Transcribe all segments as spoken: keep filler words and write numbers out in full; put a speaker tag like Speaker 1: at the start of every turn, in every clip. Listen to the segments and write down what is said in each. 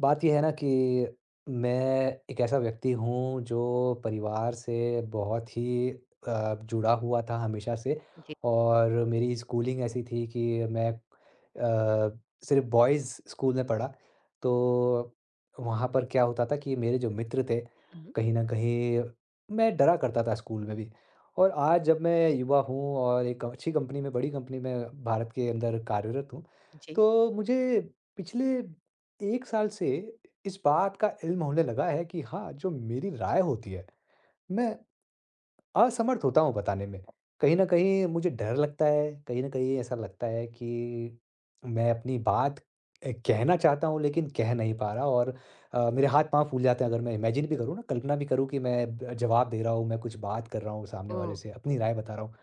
Speaker 1: बात ये है ना कि मैं एक ऐसा व्यक्ति हूँ जो परिवार से बहुत ही अ, जुड़ा हुआ था हमेशा से।
Speaker 2: जी।
Speaker 1: और मेरी स्कूलिंग ऐसी थी कि मैं अ, सिर्फ बॉयज़ स्कूल में पढ़ा। तो वहाँ पर क्या होता था कि मेरे जो मित्र थे,
Speaker 2: हुँ।
Speaker 1: कहीं न कहीं मैं डरा करता था स्कूल में भी। और आज जब मैं युवा हूँ और एक अच्छी कंपनी में, बड़ी कंपनी में भारत के अंदर कार्यरत हूँ,
Speaker 2: जी।
Speaker 1: तो मुझे पिछले एक साल से इस बात का इल्म होने लगा है कि हाँ, जो मेरी राय होती है, मैं असमर्थ होता हूँ बताने में। कहीं न कहीं मुझे डर लगता है, कहीं न कहीं ऐसा लगता है कि मैं अपनी बात अ, कहना चाहता हूँ लेकिन कह नहीं पा रहा। और अ, मेरे हाथ-पाँव फूल जाते हैं अगर मैं इमेजिन भी करूँ ना, कल्पना भी करूँ कि मैं ब जवाब दे रहा हूँ, मैं कुछ बात कर रहा हूँ सामने वाले
Speaker 2: ओह!
Speaker 1: से, अपनी राय बता रहा हूँ।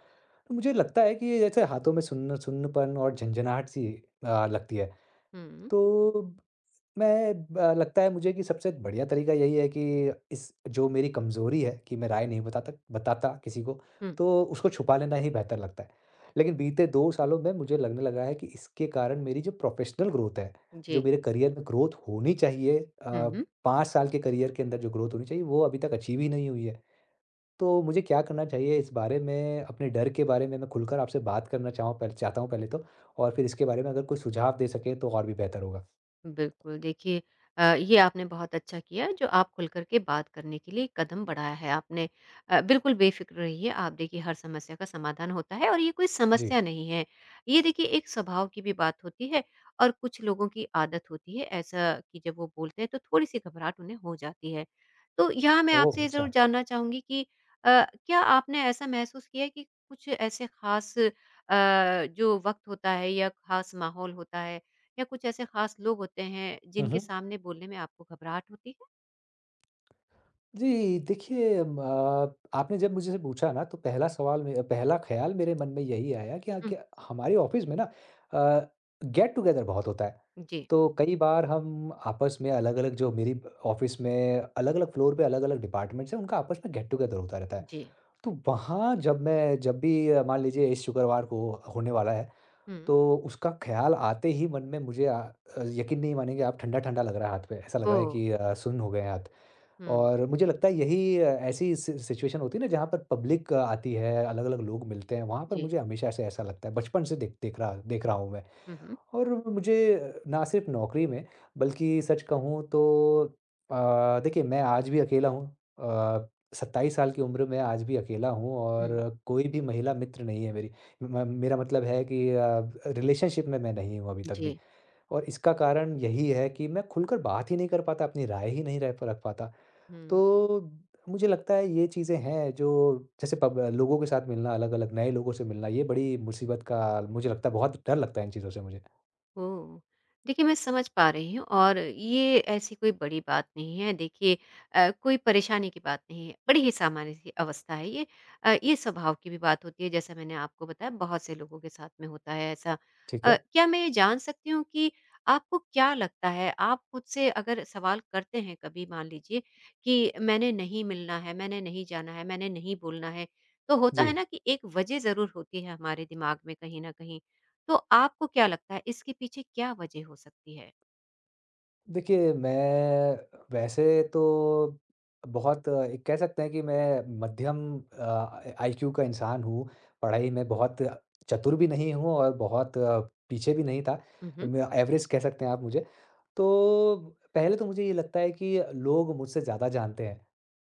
Speaker 1: तो मुझे लगता है कि ये जैसे हाथों में सुन्न सुन्नपन और झंझनाहट सी अ, लगती है।
Speaker 2: हुँ,
Speaker 1: तो मैं ब लगता है मुझे कि सबसे बढ़िया तरीका यही है कि इस जो मेरी कमज़ोरी है कि मैं राय नहीं बताता बताता किसी को,
Speaker 2: हुँ।
Speaker 1: तो उसको छुपा लेना ही बेहतर लगता है। लेकिन बीते दो सालों में मुझे लगने लगा है कि इसके कारण मेरी जो प्रोफ़ेशनल ग्रोथ है, जो
Speaker 2: जी।
Speaker 1: मेरे करियर में ग्रोथ होनी चाहिए,
Speaker 2: हुँ,
Speaker 1: अ,
Speaker 2: हुँ।
Speaker 1: पाँच साल के करियर के अंदर जो ग्रोथ होनी चाहिए, वो अभी तक अचीव ही नहीं हुई है। तो मुझे क्या करना चाहिए इस बारे में, अपने डर के बारे में मैं खुलकर आपसे बात करना चाहूँ पहले चाहता हूँ पहले तो, और फिर इसके बारे में अगर कोई सुझाव दे सकें तो और भी बेहतर होगा।
Speaker 2: बिल्कुल, देखिए अ, ये आपने बहुत अच्छा किया जो आप खुल कर के बात करने के लिए कदम बढ़ाया है आपने। अ, बिल्कुल बेफ़िक्र रहिए आप देखिए हर समस्या का समाधान होता है और ये कोई
Speaker 1: जी।
Speaker 2: समस्या नहीं है। ये देखिए एक स्वभाव की भी बात होती है और कुछ लोगों की आदत होती है ऐसा कि जब वो बोलते हैं तो थोड़ी-सी घबराहट उन्हें हो जाती है। तो यहाँ मैं आपसे
Speaker 1: ओह!
Speaker 2: ये ज़रूर
Speaker 1: अच्छा।
Speaker 2: जानना चाहूँगी कि अ, क्या आपने ऐसा महसूस किया है कि कुछ ऐसे ख़ास अ, जो वक़्त होता है या ख़ास माहौल होता है या कुछ ऐसे खास लोग होते हैं
Speaker 1: हुँ,
Speaker 2: जिनके
Speaker 1: हुँ।
Speaker 2: सामने बोलने में आपको घबराहट होती है?
Speaker 1: जी, देखिए, म अ, आपने जब मुझे से पूछा ना तो पहला सवाल में पहला ख़्याल मेरे मन में यही आया कि हाँ,
Speaker 2: हुँ,
Speaker 1: क्या हमारे ऑफ़िस में ना, अ, गेट टुगेदर बहुत होता है।
Speaker 2: जी,
Speaker 1: तो कई बार हम आपस में अलग-अलग, जो मेरी ऑफ़िस में अलग-अलग फ्लोर पे अलग-अलग डिपार्टमेंट्स हैं, उनका आपस में गेट टुगेदर होता रहता है।
Speaker 2: जी।
Speaker 1: तो वहाँ जब मैं जब भी अ, मान लीजिए इस शुक्रवार को होने वाला है,
Speaker 2: हुँ।
Speaker 1: तो उसका ख़्याल आते ही मन में मुझे अ अ, यकीन नहीं मानेंगे आप, ठंडा-ठंडा लग रहा है हाथ पे, ऐसा लग रहा है
Speaker 2: ओह!
Speaker 1: कि अ, सुन्न हो गए हैं हाथ।
Speaker 2: हुँ,
Speaker 1: और मुझे लगता है यही, अ, ऐसी सि सिचुएशन होती है ना जहाँ पर पब्लिक आती है, अलग-अलग लोग मिलते हैं, वहाँ पर
Speaker 2: जी।
Speaker 1: मुझे हमेशा से ऐसा लगता है, बचपन से देख देख रहा देख रहा हूँ मैं।
Speaker 2: हुँ, हुँ।
Speaker 1: और मुझे अ, ना सिर्फ़ नौकरी में बल्कि सच कहूँ तो, अ, देखिए मैं आज भी अकेला हूँ, अ, सत्ताईस साल की उम्र में आज भी अकेला हूँ और कोई भी महिला मित्र नहीं है मेरी। म मेरा मतलब है कि अ, रिलेशनशिप में मैं नहीं हूँ अभी तक भी।
Speaker 2: जी।
Speaker 1: और इसका कारण यही है कि मैं खुलकर बात ही नहीं कर पाता, अपनी राय ही नहीं रख रख पाता।
Speaker 2: हुँ।
Speaker 1: तो मुझे लगता है ये चीज़ें हैं जो जैसे पब लोगों के साथ मिलना, अलग-अलग नए लोगों से मिलना, ये बड़ी मुसीबत का मुझे लगता है बहुत डर लगता है इन चीज़ों से मुझे।
Speaker 2: ओह! देखिए, मैं समझ पा रही हूँ और ये ऐसी कोई बड़ी बात नहीं है। देखिए अ, कोई परेशानी की बात नहीं है, बड़ी ही सामान्य सी अवस्था है ये। अ, ये स्वभाव की भी बात होती है जैसा मैंने आपको बताया बहुत से लोगों के साथ में होता है ऐसा।
Speaker 1: ठीक
Speaker 2: अ,
Speaker 1: है?
Speaker 2: क्या मैं ये जान सकती हूँ कि आपको क्या लगता है, आप खुद से अगर सवाल करते हैं कभी मान लीजिए कि मैंने नहीं मिलना है, मैंने नहीं जाना है, मैंने नहीं बोलना है, तो होता है
Speaker 1: जी।
Speaker 2: ना कि एक वजह ज़रूर होती है हमारे दिमाग में कहीं न कहीं। तो आपको क्या लगता है इसके पीछे क्या वजह हो सकती है?
Speaker 1: देखिए, मैं वैसे तो बहुत, अ, एक कह सकते हैं कि मैं मध्यम अ, आ आईक्यू का इंसान हूँ। पढ़ाई में बहुत चतुर भी नहीं हूँ और बहुत अ, पीछे भी नहीं था।
Speaker 2: उहुँ,
Speaker 1: मैं एवरेज कह सकते हैं आप मुझे। तो पहले तो मुझे ये लगता है कि लोग मुझसे ज़्यादा जानते हैं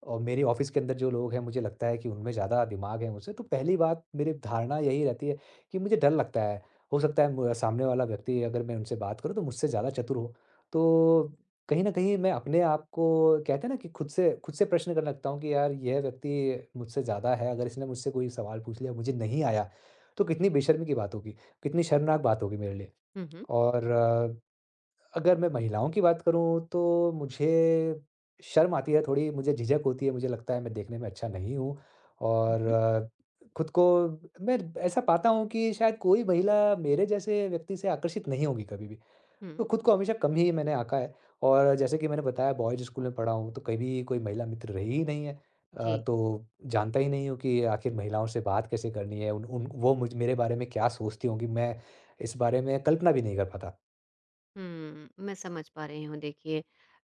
Speaker 1: और मेरे ऑफ़िस के अंदर जो लोग हैं, मुझे लगता है कि उनमें ज़्यादा दिमाग है मुझसे। तो पहली बात, मेरी धारणा यही रहती है कि मुझे डर लगता है। हो सकता है म सामने वाला व्यक्ति, अगर मैं उनसे बात करूँ तो मुझसे ज़्यादा चतुर हो। तो कहीं न कहीं मैं अपने आप को, कहते हैं ना, कि खुद से खुद से प्रश्न करने लगता हूँ कि यार, यह व्यक्ति मुझसे ज़्यादा है, अगर इसने मुझसे कोई सवाल पूछ लिया मुझे नहीं आया, तो कितनी बेशर्मी की बात होगी, कितनी शर्मनाक बात होगी मेरे लिए।
Speaker 2: उहुँ,
Speaker 1: और अ, अगर मैं महिलाओं की बात करूँ तो मुझे शर्म आती है थोड़ी, मुझे झिझक होती है, मुझे लगता है मैं देखने में अच्छा नहीं हूँ और
Speaker 2: उहुँ।
Speaker 1: अ, खुद को मैं ऐसा पाता हूँ कि शायद कोई महिला मेरे जैसे व्यक्ति से आकर्षित नहीं होगी कभी भी। तो
Speaker 2: हुँ।
Speaker 1: खुद को हमेशा कम ही मैंने आँका है। और जैसे कि मैंने बताया बॉयज़ स्कूल में पढ़ा हूँ, तो कभी कोई महिला मित्र रही ही नहीं है। अ,
Speaker 2: जी।
Speaker 1: तो जानता ही नहीं हूँ कि आखिर महिलाओं से बात कैसे करनी है, उन उन वो मुझ मेरे बारे में क्या सोचती होंगी, मैं इस बारे में कल्पना भी नहीं कर पाता।
Speaker 2: हुँ, मैं समझ पा रही हूँ देखिए।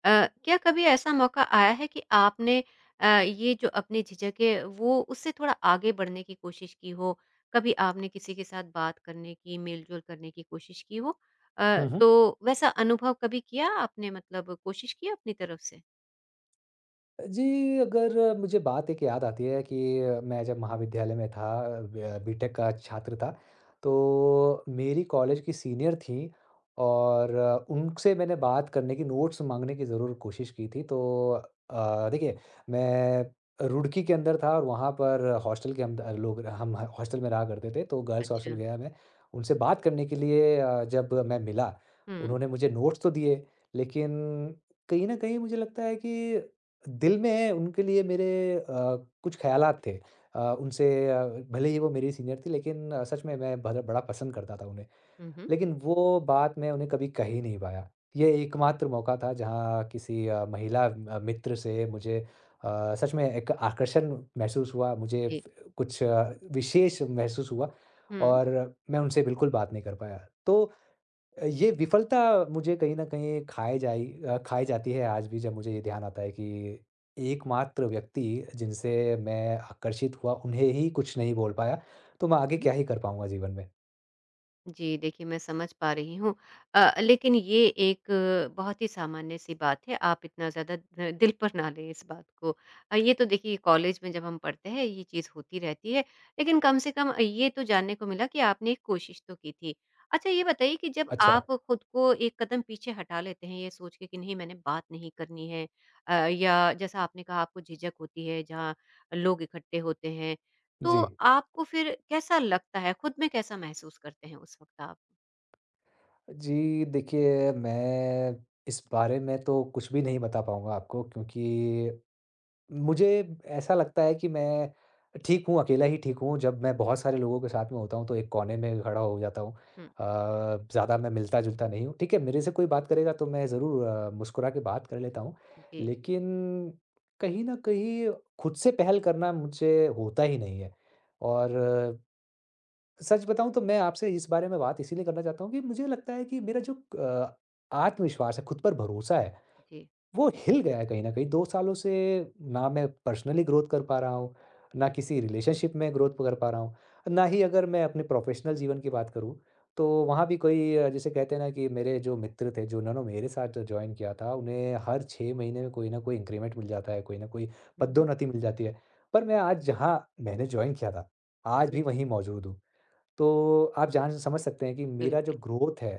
Speaker 2: अ, क्या कभी ऐसा मौका आया है कि आपने अ, ये जो अपनी झिझक है वो उससे थोड़ा आगे बढ़ने की कोशिश की हो? कभी आपने किसी के साथ बात करने की, मेल-जोल करने की कोशिश की हो? अ,
Speaker 1: हुँ, हुँ।
Speaker 2: तो वैसा अनुभव कभी किया आपने मतलब कोशिश की अपनी तरफ से?
Speaker 1: जी, अगर मुझे बात एक याद आती है कि मैं जब महाविद्यालय में था, ब बीटेक का छात्र था, तो मेरी कॉलेज की सीनियर थीं और उनसे मैंने बात करने की, नोट्स माँगने की ज़रूर कोशिश की थी। तो अ, देखिए, मैं रुड़की के अंदर था और वहाँ पर हॉस्टल के हम द लोग हम हॉस्टल में रहा करते थे, तो गर्ल्स हॉस्टल
Speaker 2: अच्छा।
Speaker 1: गया मैं। उनसे बात करने के लिए अ, जब मैं मिला,
Speaker 2: हुँ,
Speaker 1: उन्होंने मुझे नोट्स तो दिए, लेकिन कहीं न कहीं मुझे लगता है कि दिल में उनके लिए मेरे अ, कुछ ख़्यालात थे। अ, उनसे अ, भले ही वो मेरी सीनियर थी, लेकिन अ, सच में मैं बड़ा बड़ा पसंद करता था उन्हें।
Speaker 2: उहुँ,
Speaker 1: लेकिन वो बात मैं उन्हें कभी कह ही नहीं पाया। ये एकमात्र मौका था जहाँ किसी अ, महिला अ, मित्र से मुझे अ, सच में एक आकर्षण महसूस हुआ, मुझे
Speaker 2: जी।
Speaker 1: फ कुछ अ, विशेष महसूस हुआ।
Speaker 2: हुँ।
Speaker 1: और मैं उनसे बिल्कुल बात नहीं कर पाया। तो ये विफलता मुझे कहीं न कहीं खाए जाई अ, खाई जाती है आज भी, जब मुझे ये ध्यान आता है कि एकमात्र व्यक्ति जिनसे मैं आकर्षित हुआ, उन्हें ही कुछ नहीं बोल पाया, तो मैं आगे क्या ही कर पाऊँगा जीवन में।
Speaker 2: जी, देखिए मैं समझ पा रही हूँ। अ, लेकिन ये एक अ, बहुत ही सामान्य-सी बात है, आप इतना ज़्यादा अ, दिल पर ना लें इस बात को। अ, ये तो देखिए कॉलेज में जब हम पढ़ते हैं ये चीज़ होती रहती है, लेकिन कम से कम ये तो जानने को मिला कि आपने एक कोशिश तो की थी। अच्छा ये बताइए कि जब
Speaker 1: अच्छा,
Speaker 2: आप खुद को एक कदम पीछे हटा लेते हैं ये सोच के कि नहीं मैंने बात नहीं करनी है अ, या जैसा आपने कहा आपको झिझक होती है जहाँ लोग इकट्ठे होते हैं तो
Speaker 1: जी।
Speaker 2: आपको फिर कैसा लगता है? खुद में कैसा महसूस करते हैं उस वक़्त आप?
Speaker 1: जी, देखिए मैं इस बारे में तो कुछ भी नहीं बता पाऊँगा आपको क्योंकि मुझे ऐसा लगता है कि मैं ठीक हूँ, अकेला ही ठीक हूँ। जब मैं बहुत सारे लोगों के साथ में होता हूँ तो एक कोने में खड़ा हो जाता हूँ।
Speaker 2: हुँ।
Speaker 1: अ, ज़्यादा मैं मिलता-जुलता नहीं हूँ। ठीक है, मेरे से कोई बात करेगा तो मैं ज़रूर अ, मुस्कुरा के बात कर लेता हूँ।
Speaker 2: जी,
Speaker 1: लेकिन कहीं न कहीं खुद से पहल करना मुझसे होता ही नहीं है। और अ, सच बताऊँ तो मैं आपसे इस बारे में बात इसीलिए करना चाहता हूँ कि मुझे लगता है कि मेरा जो अ, आत्मविश्वास है, खुद पर भरोसा है,
Speaker 2: जी।
Speaker 1: वो हिल गया है कहीं न कहीं। दो सालों से ना मैं पर्सनली ग्रोथ कर पा रहा हूँ, ना किसी रिलेशनशिप में ग्रोथ कर पा रहा हूँ, ना ही अगर मैं अपने प्रोफ़ेशनल जीवन की बात करूँ, तो वहाँ भी कोई अ, जिसे कहते हैं ना कि मेरे जो मित्र थे, जो उन्होंने मेरे साथ जॉइन किया था, उन्हें हर छह महीने में कोई न कोई इंक्रीमेंट मिल जाता है, कोई न कोई
Speaker 2: हुँ, हुँ।
Speaker 1: पदोन्नति मिल जाती है। पर मैं आज जहाँ मैंने जॉइन किया था, आज
Speaker 2: जी,
Speaker 1: भी वहीं मौजूद हूँ। तो आप जान समझ सकते हैं कि मेरा जो
Speaker 2: बिल्कुल।
Speaker 1: ग्रोथ है,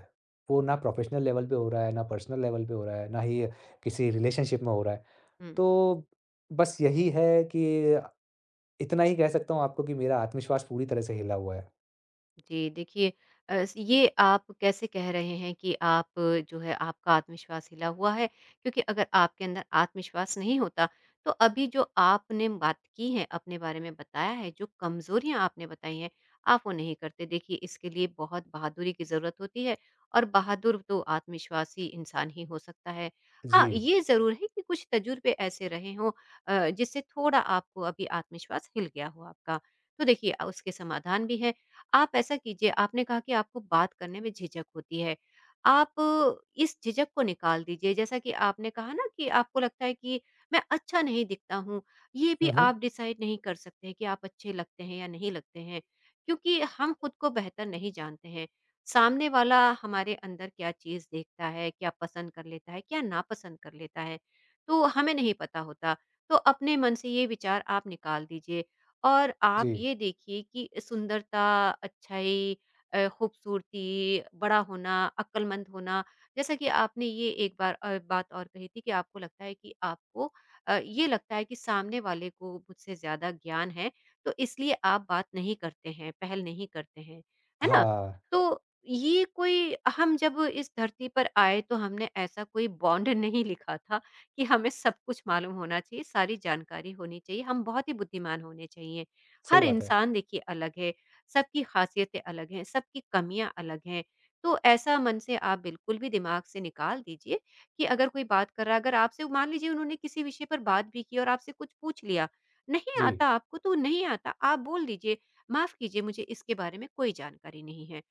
Speaker 1: वो ना प्रोफ़ेशनल लेवल पे हो रहा है, ना पर्सनल लेवल पे हो रहा है, ना ही किसी रिलेशनशिप में हो रहा है।
Speaker 2: हुँ।
Speaker 1: तो बस यही है कि इतना ही कह सकता हूँ आपको कि मेरा आत्मविश्वास पूरी तरह से हिला हुआ है।
Speaker 2: जी, देखिए अ, स ये आप कैसे कह रहे हैं कि आप अ, जो है आपका आत्मविश्वास हिला हुआ है, क्योंकि अगर आपके अंदर आत्मविश्वास नहीं होता, तो अभी जो आपने बात की है, अपने बारे में बताया है, जो कमज़ोरियाँ आपने बताई हैं, आप वो नहीं करते। देखिए, इसके लिए बहुत बहादुरी की ज़रूरत होती है और बहादुर तो आत्मविश्वासी इंसान ही हो सकता है। हाँ,
Speaker 1: जी।
Speaker 2: ये ज़रूर है कि कुछ तजुर्बे ऐसे रहे हों अ, जिससे थोड़ा आपको अभी आत्मविश्वास हिल गया हो आपका। तो देखिए अ, उसके समाधान भी हैं आप ऐसा कीजिए, आपने कहा कि आपको बात करने में झिझक होती है, आप इस झिझक को निकाल दीजिए। जैसा कि आपने कहा ना कि आपको लगता है कि मैं अच्छा नहीं दिखता हूँ, ये भी
Speaker 1: हुँ, हुँ।
Speaker 2: आप डिसाइड नहीं कर सकते हैं कि आप अच्छे लगते हैं या नहीं लगते हैं, क्योंकि हम खुद को बेहतर नहीं जानते हैं। सामने वाला हमारे अंदर क्या चीज़ देखता है, क्या पसंद कर लेता है, क्या नापसंद कर लेता है, तो हमें नहीं पता होता। तो अपने मन से ये विचार आप निकाल दीजिए और आप
Speaker 1: जी।
Speaker 2: ये देखिए कि सुंदरता, अच्छाई अ, खूबसूरती, बड़ा होना, अक्लमंद होना, जैसा कि आपने ये एक बार अ, बात और कही थी कि आपको लगता है कि आपको अ, ये लगता है कि सामने वाले को मुझसे ज़्यादा ज्ञान है, तो इसलिए आप बात नहीं करते हैं, पहल नहीं करते हैं, है ना?
Speaker 1: हाँ,
Speaker 2: तो ये कोई हम जब इस धरती पर आए, तो हमने ऐसा कोई बॉन्ड नहीं लिखा था कि हमें सब कुछ मालूम होना चाहिए, सारी जानकारी होनी चाहिए, हम बहुत ही बुद्धिमान होने चाहिए।
Speaker 1: सही
Speaker 2: हर
Speaker 1: बात है।
Speaker 2: इंसान देखिए अलग है, सबकी ख़ासियतें अलग हैं, सबकी कमियाँ अलग हैं। तो ऐसा मन से आप बिल्कुल भी दिमाग से निकाल दीजिए कि अगर कोई बात कर रहा है, अगर आपसे मान लीजिए उन्होंने किसी विषय पर बात भी की और आपसे कुछ पूछ लिया, नहीं
Speaker 1: जी।
Speaker 2: आता आपको तो नहीं आता, आप बोल दीजिए, "माफ़ कीजिए, मुझे इसके बारे में कोई जानकारी नहीं है।"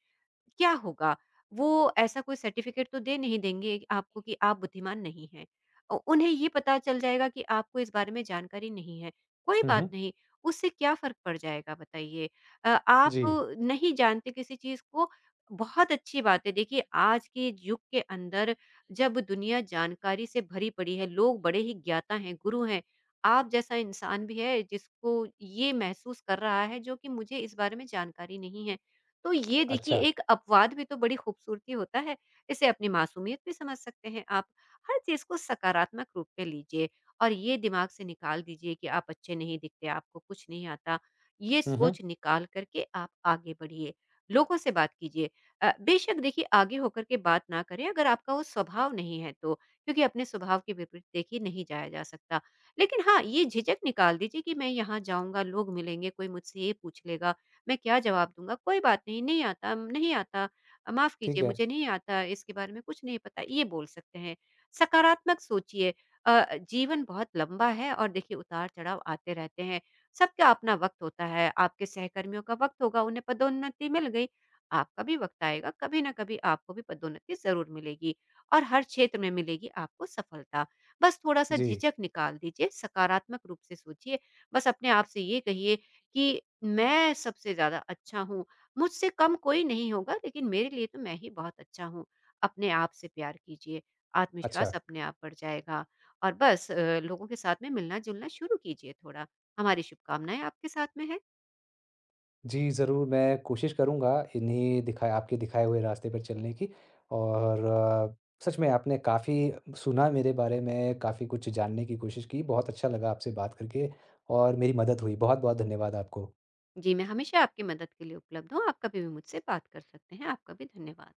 Speaker 2: क्या होगा? वो ऐसा कोई सर्टिफ़िकेट तो दे नहीं देंगे आपको कि आप बुद्धिमान नहीं हैं। अ, उन्हें ये पता चल जाएगा कि आपको इस बारे में जानकारी नहीं है। कोई
Speaker 1: हुँ,
Speaker 2: बात
Speaker 1: हुँ।
Speaker 2: नहीं, उससे क्या फ़र्क पड़ जाएगा बताइए? अ, आप
Speaker 1: जी।
Speaker 2: नहीं जानते किसी चीज़ को बहुत अच्छी बात है। देखिए आज के युग के अंदर जब दुनिया जानकारी से भरी पड़ी है, लोग बड़े ही ज्ञाता हैं, गुरु हैं। आप जैसा इंसान भी है जिसको ये महसूस कर रहा है जो कि मुझे इस बारे में जानकारी नहीं है। तो ये देखिए
Speaker 1: अच्छा।
Speaker 2: एक अपवाद भी तो बड़ी खूबसूरती होता है, इसे अपनी मासूमियत भी समझ सकते हैं आप। हर चीज़ को सकारात्मक रूप में लीजिए और ये दिमाग से निकाल दीजिए कि आप अच्छे नहीं दिखते, आपको कुछ नहीं आता। ये
Speaker 1: हुँ, हुँ।
Speaker 2: सोच निकाल कर के आप आगे बढ़िए, लोगों से बात कीजिए। अ, बेशक देखिए आगे होकर के बात ना करें अगर आपका वो स्वभाव नहीं है तो, क्योंकि अपने स्वभाव के विपरीत देखिए नहीं जाया जा सकता। लेकिन हाँ, ये झिझक निकाल दीजिए कि मैं यहाँ जाऊँगा, लोग मिलेंगे, कोई मुझसे ये पूछ लेगा मैं क्या जवाब दूँगा? कोई बात नहीं, नहीं आता, नहीं आता, माफ़ कीजिए
Speaker 1: ठीक है।
Speaker 2: मुझे नहीं आता, इसके बारे में कुछ नहीं पता, ये बोल सकते हैं। सकारात्मक सोचिए अ, जीवन बहुत लंबा है और देखिए उतार-चढ़ाव आते रहते हैं। सबका अपना वक़्त होता है, आपके सहकर्मियों का वक़्त होगा, उन्हें पदोन्नति मिल गई, आपका भी वक़्त आएगा, कभी न कभी आपको भी पदोन्नति ज़रूर मिलेगी और हर क्षेत्र में मिलेगी आपको सफलता। बस थोड़ा-सा
Speaker 1: जी।
Speaker 2: झिझक निकाल दीजिए, सकारात्मक रूप से सोचिए, बस अपने आप से ये कहिए कि मैं सबसे ज़्यादा अच्छा हूँ, मुझसे कम कोई नहीं होगा लेकिन मेरे लिए तो मैं ही बहुत अच्छा हूँ। अपने आप से प्यार कीजिए,
Speaker 1: अच्छा।
Speaker 2: आत्मविश्वास अपने आप बढ़ जाएगा और बस अ, लोगों के साथ में मिलना-जुलना शुरू कीजिए थोड़ा। हमारी शुभकामनाएँ आपके साथ में हैं।
Speaker 1: जी, ज़रूर मैं कोशिश करूँगा इन्हीं दिखाए आपके दिखाए हुए रास्ते पर चलने की। और अ, सच में आपने काफ़ी सुना मेरे बारे में, काफ़ी कुछ जानने की कोशिश की। बहुत अच्छा लगा आपसे बात करके और मेरी मदद हुई। बहुत-बहुत धन्यवाद आपको।
Speaker 2: जी, मैं हमेशा आपकी मदद के लिए उपलब्ध हूँ, आप कभी भी मुझसे बात कर सकते हैं। आपका भी धन्यवाद।